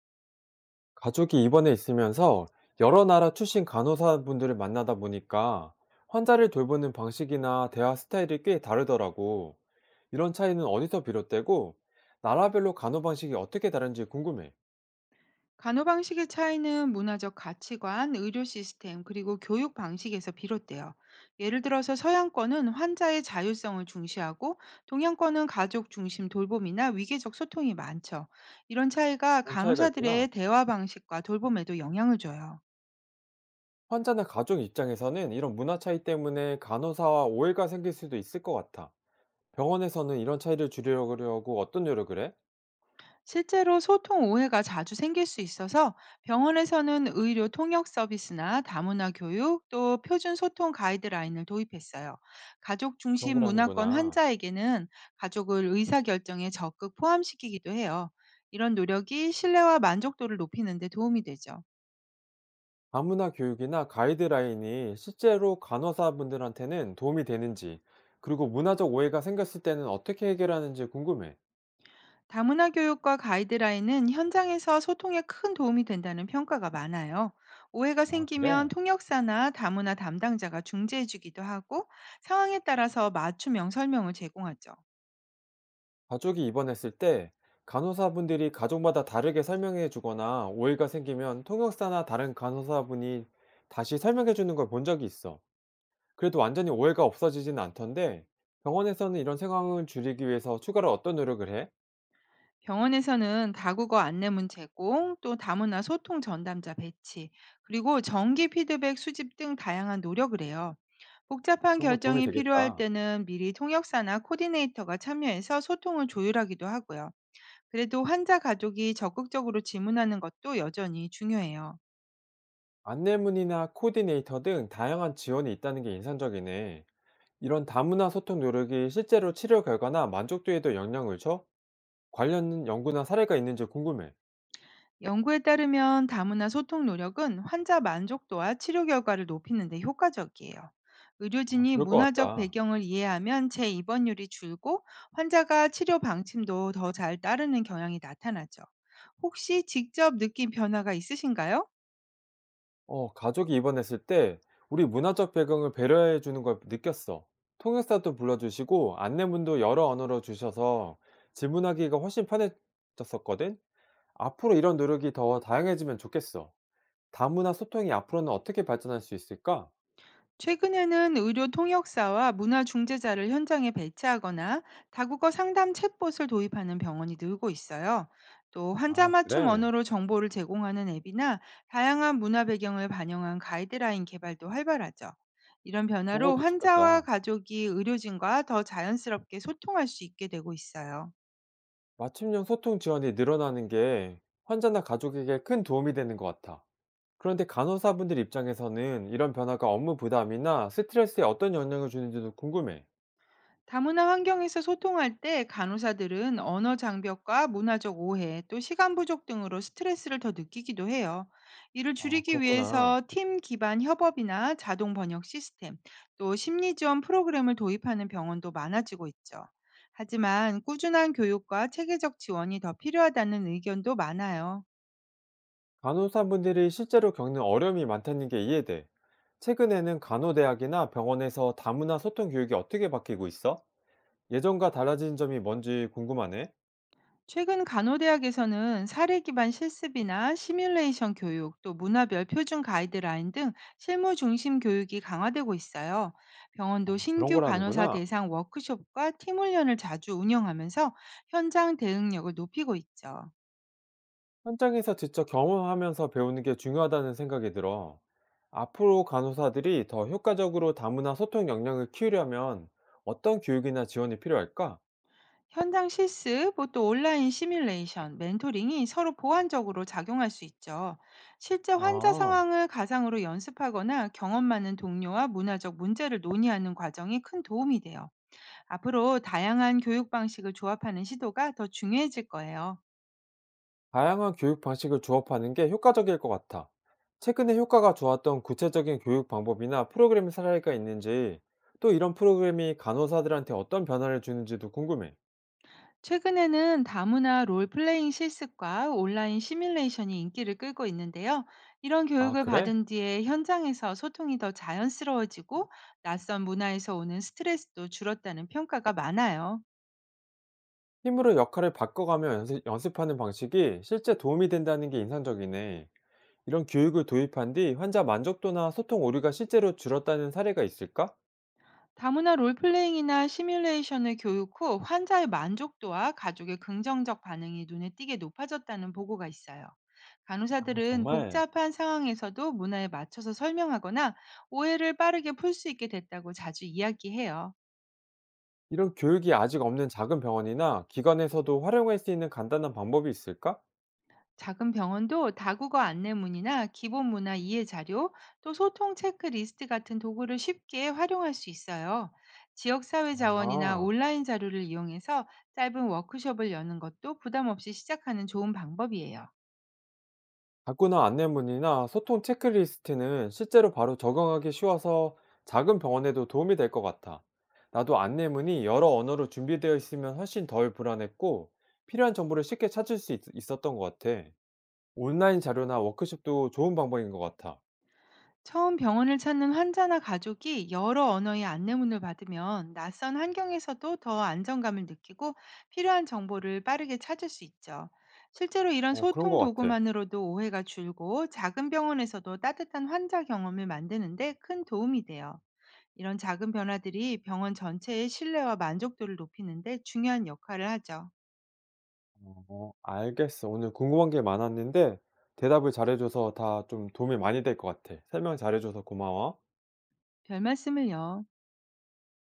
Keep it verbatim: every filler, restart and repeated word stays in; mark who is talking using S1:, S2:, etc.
S1: 가족이 입원해 있으면서 여러 나라 출신 간호사분들을 만나다 보니까 환자를 돌보는 방식이나 대화 스타일이 꽤 다르더라고. 이런 차이는 어디서 비롯되고 나라별로 간호 방식이 어떻게 다른지 궁금해.
S2: 간호 방식의 차이는 문화적 가치관, 의료 시스템, 그리고 교육 방식에서 비롯돼요. 예를 들어서 서양권은 환자의 자율성을 중시하고 동양권은 가족 중심 돌봄이나 위계적 소통이 많죠. 이런 차이가
S1: 그런 차이가 있구나.
S2: 간호사들의 대화 방식과 돌봄에도 영향을 줘요.
S1: 환자나 가족 입장에서는 이런 문화 차이 때문에 간호사와 오해가 생길 수도 있을 것 같아. 병원에서는 이런 차이를 줄이려고 어떤 노력을 해?
S2: 실제로 소통 오해가 자주 생길 수 있어서 병원에서는 의료 통역 서비스나 다문화 교육 또 표준 소통 가이드라인을 도입했어요. 가족
S1: 그런
S2: 중심 문화권
S1: 거라는구나.
S2: 환자에게는 가족을 의사결정에 적극 포함시키기도 해요. 이런 노력이 신뢰와 만족도를 높이는 데 도움이 되죠.
S1: 다문화 교육이나 가이드라인이 실제로 간호사분들한테는 도움이 되는지, 그리고 문화적 오해가 생겼을 때는 어떻게 해결하는지 궁금해.
S2: 다문화 교육과 가이드라인은 현장에서 소통에 큰 도움이 된다는 평가가 많아요. 오해가
S1: 아,
S2: 생기면
S1: 그래?
S2: 통역사나 다문화 담당자가 중재해주기도 하고 상황에 따라서 맞춤형 설명을 제공하죠.
S1: 가족이 입원했을 때 간호사분들이 가족마다 다르게 설명해 주거나 오해가 생기면 통역사나 다른 간호사분이 다시 설명해 주는 걸 본 적이 있어. 그래도 완전히 오해가 없어지진 않던데 병원에서는 이런 상황을 줄이기 위해서 추가로 어떤 노력을 해?
S2: 병원에서는 다국어 안내문 제공, 또 다문화 소통 전담자 배치, 그리고 정기 피드백 수집 등 다양한 노력을 해요. 복잡한
S1: 그런 거 도움이
S2: 결정이 필요할
S1: 되겠다.
S2: 때는 미리 통역사나 코디네이터가 참여해서 소통을 조율하기도 하고요. 그래도 환자 가족이 적극적으로 질문하는 것도 여전히 중요해요.
S1: 안내문이나 코디네이터 등 다양한 지원이 있다는 게 인상적이네. 이런 다문화 소통 노력이 실제로 치료 결과나 만족도에도 영향을 줘? 관련 연구나 사례가 있는지 궁금해.
S2: 연구에 따르면 다문화 소통 노력은 환자 만족도와 치료 결과를 높이는 데 효과적이에요.
S1: 아,
S2: 의료진이
S1: 그럴 것
S2: 문화적
S1: 같다.
S2: 배경을 이해하면 재입원율이 줄고 환자가 치료 방침도 더 잘 따르는 경향이 나타나죠. 혹시 직접 느낀 변화가 있으신가요?
S1: 어, 가족이 입원했을 때 우리 문화적 배경을 배려해 주는 걸 느꼈어. 통역사도 불러주시고 안내문도 여러 언어로 주셔서 질문하기가 훨씬 편해졌었거든? 앞으로 이런 노력이 더 다양해지면 좋겠어. 다문화 소통이 앞으로는 어떻게 발전할 수 있을까?
S2: 최근에는 의료 통역사와 문화 중재자를 현장에 배치하거나 다국어 상담 챗봇을 도입하는 병원이 늘고 있어요. 또 환자
S1: 아,
S2: 맞춤
S1: 그래.
S2: 언어로 정보를 제공하는 앱이나 다양한 문화 배경을 반영한 가이드라인 개발도 활발하죠. 이런
S1: 그런
S2: 변화로
S1: 것도
S2: 환자와
S1: 좋겠다.
S2: 가족이 의료진과 더 자연스럽게 소통할 수 있게 되고 있어요.
S1: 맞춤형 소통 지원이 늘어나는 게 환자나 가족에게 큰 도움이 되는 것 같아. 그런데 간호사분들 입장에서는 이런 변화가 업무 부담이나 스트레스에 어떤 영향을 주는지도 궁금해.
S2: 다문화 환경에서 소통할 때 간호사들은 언어 장벽과 문화적 오해, 또 시간 부족 등으로 스트레스를 더 느끼기도 해요. 이를
S1: 아,
S2: 줄이기
S1: 그렇구나.
S2: 위해서 팀 기반 협업이나 자동 번역 시스템, 또 심리 지원 프로그램을 도입하는 병원도 많아지고 있죠. 하지만 꾸준한 교육과 체계적 지원이 더 필요하다는 의견도 많아요.
S1: 간호사분들이 실제로 겪는 어려움이 많다는 게 이해돼. 최근에는 간호대학이나 병원에서 다문화 소통 교육이 어떻게 바뀌고 있어? 예전과 달라진 점이 뭔지 궁금하네.
S2: 최근 간호대학에서는 사례 기반 실습이나 시뮬레이션 교육, 또 문화별 표준 가이드라인 등 실무 중심 교육이 강화되고 있어요. 병원도
S1: 그런
S2: 신규 간호사
S1: 거라는구나.
S2: 대상 워크숍과 팀 훈련을 자주 운영하면서 현장 대응력을 높이고 있죠.
S1: 현장에서 직접 경험하면서 배우는 게 중요하다는 생각이 들어. 앞으로 간호사들이 더 효과적으로 다문화 소통 역량을 키우려면 어떤 교육이나 지원이 필요할까?
S2: 현장 실습, 뭐또 온라인 시뮬레이션, 멘토링이 서로 보완적으로 작용할 수 있죠. 실제 환자
S1: 아,
S2: 상황을 가상으로 연습하거나 경험 많은 동료와 문화적 문제를 논의하는 과정이 큰 도움이 돼요. 앞으로 다양한 교육 방식을 조합하는 시도가 더 중요해질 거예요.
S1: 다양한 교육 방식을 조합하는 게 효과적일 것 같아. 최근에 효과가 좋았던 구체적인 교육 방법이나 프로그램 사례가 있는지, 또 이런 프로그램이 간호사들한테 어떤 변화를 주는지도 궁금해.
S2: 최근에는 다문화 롤플레잉 실습과 온라인 시뮬레이션이 인기를 끌고 있는데요. 이런
S1: 아,
S2: 교육을
S1: 그래?
S2: 받은 뒤에 현장에서 소통이 더 자연스러워지고 낯선 문화에서 오는 스트레스도 줄었다는 평가가 많아요.
S1: 힘으로 역할을 바꿔가며 연습, 연습하는 방식이 실제 도움이 된다는 게 인상적이네. 이런 교육을 도입한 뒤 환자 만족도나 소통 오류가 실제로 줄었다는 사례가 있을까?
S2: 다문화 롤플레잉이나 시뮬레이션의 교육 후 환자의 만족도와 가족의 긍정적 반응이 눈에 띄게 높아졌다는 보고가 있어요.
S1: 아,
S2: 간호사들은
S1: 정말.
S2: 복잡한 상황에서도 문화에 맞춰서 설명하거나 오해를 빠르게 풀 수 있게 됐다고 자주 이야기해요.
S1: 이런 교육이 아직 없는 작은 병원이나 기관에서도 활용할 수 있는 간단한 방법이 있을까?
S2: 작은 병원도 다국어 안내문이나 기본 문화 이해 자료, 또 소통 체크리스트 같은 도구를 쉽게 활용할 수 있어요. 지역사회 자원이나
S1: 아,
S2: 온라인 자료를 이용해서 짧은 워크숍을 여는 것도 부담 없이 시작하는 좋은 방법이에요.
S1: 자꾸나 안내문이나 소통 체크리스트는 실제로 바로 적용하기 쉬워서 작은 병원에도 도움이 될 것 같아. 나도 안내문이 여러 언어로 준비되어 있으면 훨씬 덜 불안했고 필요한 정보를 쉽게 찾을 수 있, 었던것 같아. 온라인 자료나 워크숍도 좋은 방법인 것 같아.
S2: 처음 병원을 찾는 환자나 가족이 여러 언어의 안내문을 받으면 낯선 환경에서도 더 안정감을 느끼고 필요한 정보를 빠르게 찾을 수 있죠. 실제로 이런
S1: 어, 그런
S2: 소통
S1: 것 같아.
S2: 도구만으로도 오해가 줄고 작은 병원에서도 따뜻한 환자 경험을 만드는데 큰 도움이 돼요. 이런 작은 변화들이 병원 전체의 신뢰와 만족도를 높이는데 중요한 역할을 하죠.
S1: 어, 알겠어. 오늘 궁금한 게 많았는데 대답을 잘해 줘서 다 좀 도움이 많이 될 것 같아. 설명 잘해 줘서 고마워.
S2: 별 말씀을요.